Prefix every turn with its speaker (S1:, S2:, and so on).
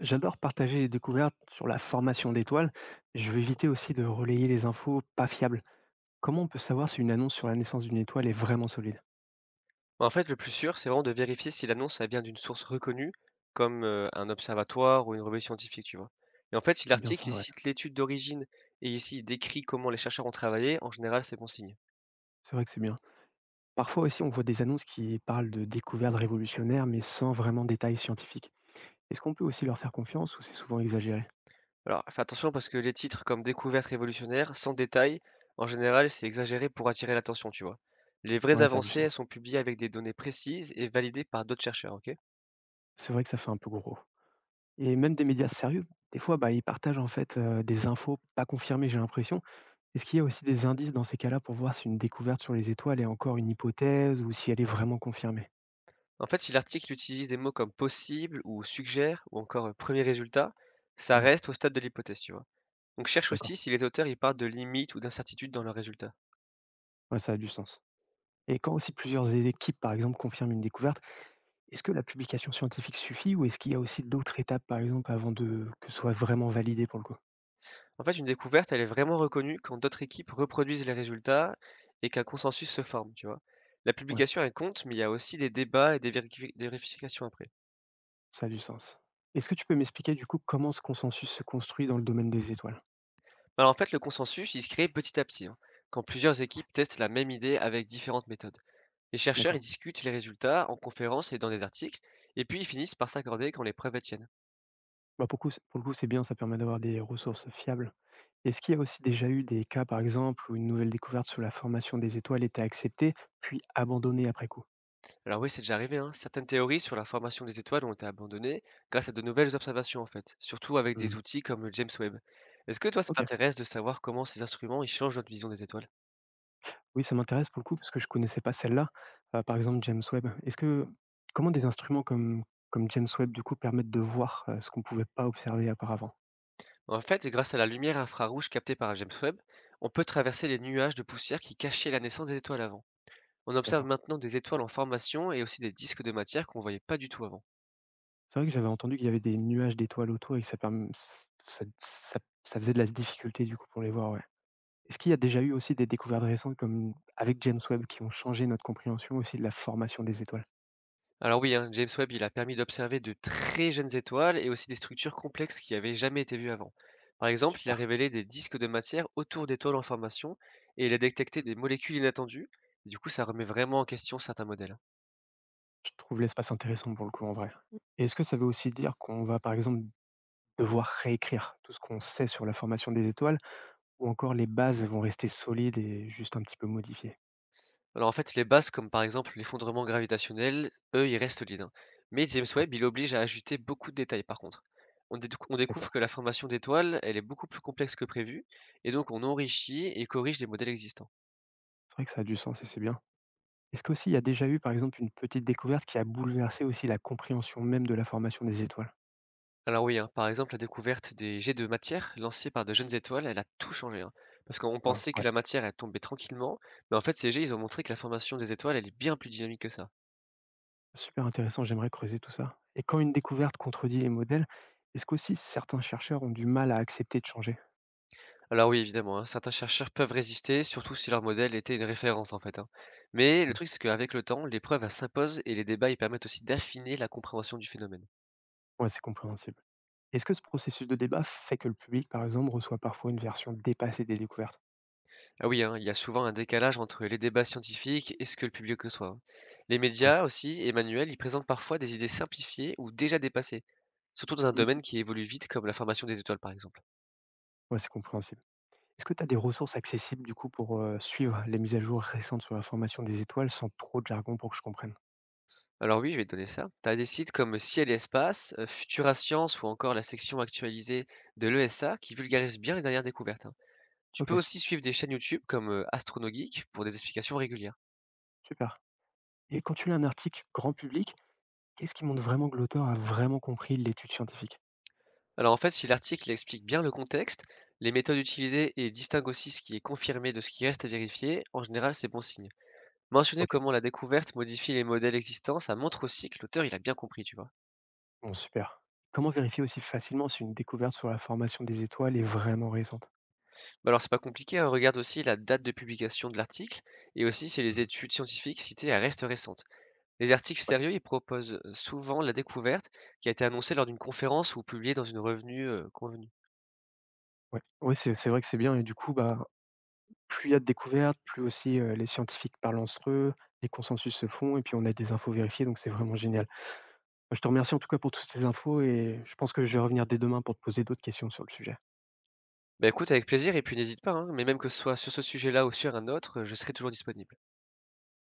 S1: J'adore partager les découvertes sur la formation d'étoiles. Mais je vais éviter aussi de relayer les infos pas fiables. Comment on peut savoir si une annonce sur la naissance d'une étoile est vraiment solide?
S2: Bah, en fait, le plus sûr, c'est vraiment de vérifier si l'annonce, elle vient d'une source reconnue, comme, un observatoire ou une revue scientifique, tu vois? Et en fait, si
S1: C'est bien ça,
S2: l'article, il
S1: ouais.
S2: cite l'étude d'origine et ici il décrit comment les chercheurs ont travaillé, en général, c'est bon signe.
S1: C'est vrai que c'est bien. Parfois aussi, on voit des annonces qui parlent de découvertes révolutionnaires, mais sans vraiment détails scientifiques. Est-ce qu'on peut aussi leur faire confiance ou c'est souvent exagéré?
S2: Alors, fais attention parce que les titres comme «découverte révolutionnaire», «sans détail», en général, c'est exagéré pour attirer l'attention, tu vois? Les vraies
S1: Ouais, ça a du
S2: avancées, elles
S1: sens.
S2: sont publiées avec des données précises et validées par d'autres chercheurs, OK?
S1: C'est vrai que ça fait un peu gros. Et même des médias sérieux, des fois, bah, ils partagent en fait des infos pas confirmées, j'ai l'impression. Est-ce qu'il y a aussi des indices dans ces cas-là pour voir si une découverte sur les étoiles est encore une hypothèse ou si elle est vraiment confirmée?
S2: En fait, si l'article utilise des mots comme «possible» ou «suggère» ou encore, «premier résultat», ça
S1: Ouais,
S2: reste au stade de l'hypothèse, tu vois? Donc cherche aussi
S1: d'accord.
S2: si les auteurs y parlent de limites ou d'incertitudes dans leurs résultats.
S1: Ouais, ça a du sens. Et quand aussi plusieurs équipes, par exemple, confirment une découverte, est-ce que la publication scientifique suffit ou est-ce qu'il y a aussi d'autres étapes, par exemple, avant de que ce soit vraiment validé pour le coup?
S2: En fait, une découverte, elle est vraiment reconnue quand d'autres équipes reproduisent les résultats et qu'un consensus se forme, tu vois. La
S1: Ouais,
S2: publication, elle compte, mais il y a aussi des débats et des vérifications après.
S1: ça a du sens. Est-ce que tu peux m'expliquer du coup comment ce consensus se construit dans le domaine des étoiles?
S2: Alors en fait, le consensus, il se crée petit à petit, hein, quand plusieurs équipes testent la même idée avec différentes méthodes. Les chercheurs, ils
S1: D'accord.
S2: discutent les résultats en conférences et dans des articles, et puis ils finissent par s'accorder quand les preuves tiennent.
S1: Pour le coup, c'est bien, ça permet d'avoir des ressources fiables. Est-ce qu'il y a aussi déjà eu des cas, par exemple, où une nouvelle découverte sur la formation des étoiles était acceptée, puis abandonnée après coup?
S2: Alors oui, c'est déjà arrivé, hein. Certaines théories sur la formation des étoiles ont été abandonnées grâce à de nouvelles observations en fait, surtout avec des
S1: Hmm.
S2: outils comme le James Webb. Est-ce que toi, ça
S1: OK.
S2: t'intéresse de savoir comment ces instruments ils changent notre vision des étoiles?
S1: Oui, ça m'intéresse pour le coup parce que je connaissais pas celle-là. Par exemple, James Webb. Est-ce que Comment des instruments comme James Webb, du coup, permettent de voir, ce qu'on pouvait pas observer auparavant?
S2: En fait, grâce à la lumière infrarouge captée par James Webb, on peut traverser les nuages de poussière qui cachaient la naissance des étoiles avant. On observe
S1: D'accord.
S2: maintenant des étoiles en formation et aussi des disques de matière qu'on ne voyait pas du tout avant.
S1: C'est vrai que j'avais entendu qu'il y avait des nuages d'étoiles autour et que ça faisait de la difficulté, du coup, pour les voir, ouais. Est-ce qu'il y a déjà eu aussi des découvertes récentes comme avec James Webb qui ont changé notre compréhension aussi de la formation des étoiles?
S2: Alors oui, hein, James Webb, il a permis d'observer de très jeunes étoiles et aussi des structures complexes qui n'avaient jamais été vues avant. Par exemple, il a
S1: Super.
S2: révélé des disques de matière autour d'étoiles en formation et il a détecté des molécules inattendues. Du coup, ça remet vraiment en question certains modèles.
S1: Je trouve l'espace intéressant pour le coup en vrai. Mmh. Et est-ce que ça veut aussi dire qu'on va par exemple devoir réécrire tout ce qu'on sait sur la formation des étoiles ou encore les bases vont rester solides et juste un petit peu modifiées?
S2: Alors en fait, les bases comme par exemple l'effondrement gravitationnel, eux, ils restent solides, hein. Mais James
S1: Ouais,
S2: Webb, il oblige à ajouter beaucoup de détails par contre. On découvre que
S1: d'accord.
S2: la formation d'étoiles, elle est beaucoup plus complexe que prévu et donc on enrichit et corrige des modèles existants.
S1: C'est vrai que ça a du sens et c'est bien. Est-ce qu'aussi il y a déjà eu par exemple une petite découverte qui a bouleversé aussi la compréhension même de la formation des étoiles?
S2: Alors oui, hein, par exemple, la découverte des jets de matière lancés par de jeunes étoiles, elle a tout changé, hein. Parce qu'on
S1: Waouh,
S2: pensait que
S1: ouais,
S2: la matière, elle tombait tranquillement, mais en fait, ces jets, ils ont montré que la formation des étoiles, elle est bien plus dynamique que ça.
S1: super intéressant, j'aimerais creuser tout ça. Et quand une découverte contredit les modèles, est-ce qu'aussi certains chercheurs ont du mal à accepter de changer?
S2: Alors oui, évidemment, hein, certains chercheurs peuvent résister, surtout si leur modèle était une référence, en fait, hein. Mais le
S1: Mmh.
S2: truc, c'est qu'avec le temps, les preuves, elles s'imposent et les débats, ils permettent aussi d'affiner la compréhension du phénomène.
S1: Ouais, c'est compréhensible. Est-ce que ce processus de débat fait que le public, par exemple, reçoit parfois une version dépassée des découvertes?
S2: Ah oui, hein, il y a souvent un décalage entre les débats scientifiques et ce que le public reçoit, hein. Les
S1: Ouais.
S2: médias aussi, et Emmanuel, ils présentent parfois des idées simplifiées ou déjà dépassées. Surtout dans un
S1: Mmh mh.
S2: domaine qui évolue vite comme la formation des étoiles, par exemple.
S1: Ouais, c'est compréhensible. Est-ce que tu as des ressources accessibles, du coup, pour, suivre les mises à jour récentes sur la formation des étoiles sans trop de jargon pour que je comprenne?
S2: Alors oui, je vais te donner ça. Tu as des sites comme Ciel et Espace, Futura Science ou encore la section actualisée de l'ESA qui vulgarise bien les dernières découvertes, hein. Tu peux
S1: OK,
S2: aussi suivre des chaînes YouTube comme AstronoGeek pour des explications régulières.
S1: super. Et quand tu lis un article grand public, qu'est-ce qui montre vraiment que l'auteur a vraiment compris l'étude scientifique?
S2: Alors en fait, si l'article explique bien le contexte, les méthodes utilisées et distingue aussi ce qui est confirmé de ce qui reste à vérifier, en général, c'est bon signe. Mentionner
S1: OK,
S2: comment la découverte modifie les modèles existants, ça montre aussi que l'auteur, il a bien compris, tu vois.
S1: bon, super. Comment vérifier aussi facilement si une découverte sur la formation des étoiles est vraiment récente?
S2: Bah alors c'est pas compliqué, hein, regarde aussi la date de publication de l'article et aussi si les
S1: Mmh.
S2: études scientifiques citées elles restent récentes. Les articles
S1: Ouais,
S2: sérieux, ils proposent souvent la découverte qui a été annoncée lors d'une conférence ou publiée dans une revue convenue.
S1: ouais. Ouais, c'est vrai que c'est bien et du coup, bah, plus il y a de découvertes, plus aussi, les scientifiques parlent entre eux, les consensus se font et puis on a des infos vérifiées, donc c'est vraiment génial. Bah, je te remercie en tout cas pour toutes ces infos et je pense que je vais revenir dès demain pour te poser d'autres questions sur le sujet.
S2: Bah écoute, avec plaisir et puis n'hésite pas, hein, mais même que ce soit sur ce sujet-là ou sur un autre, je serai toujours disponible.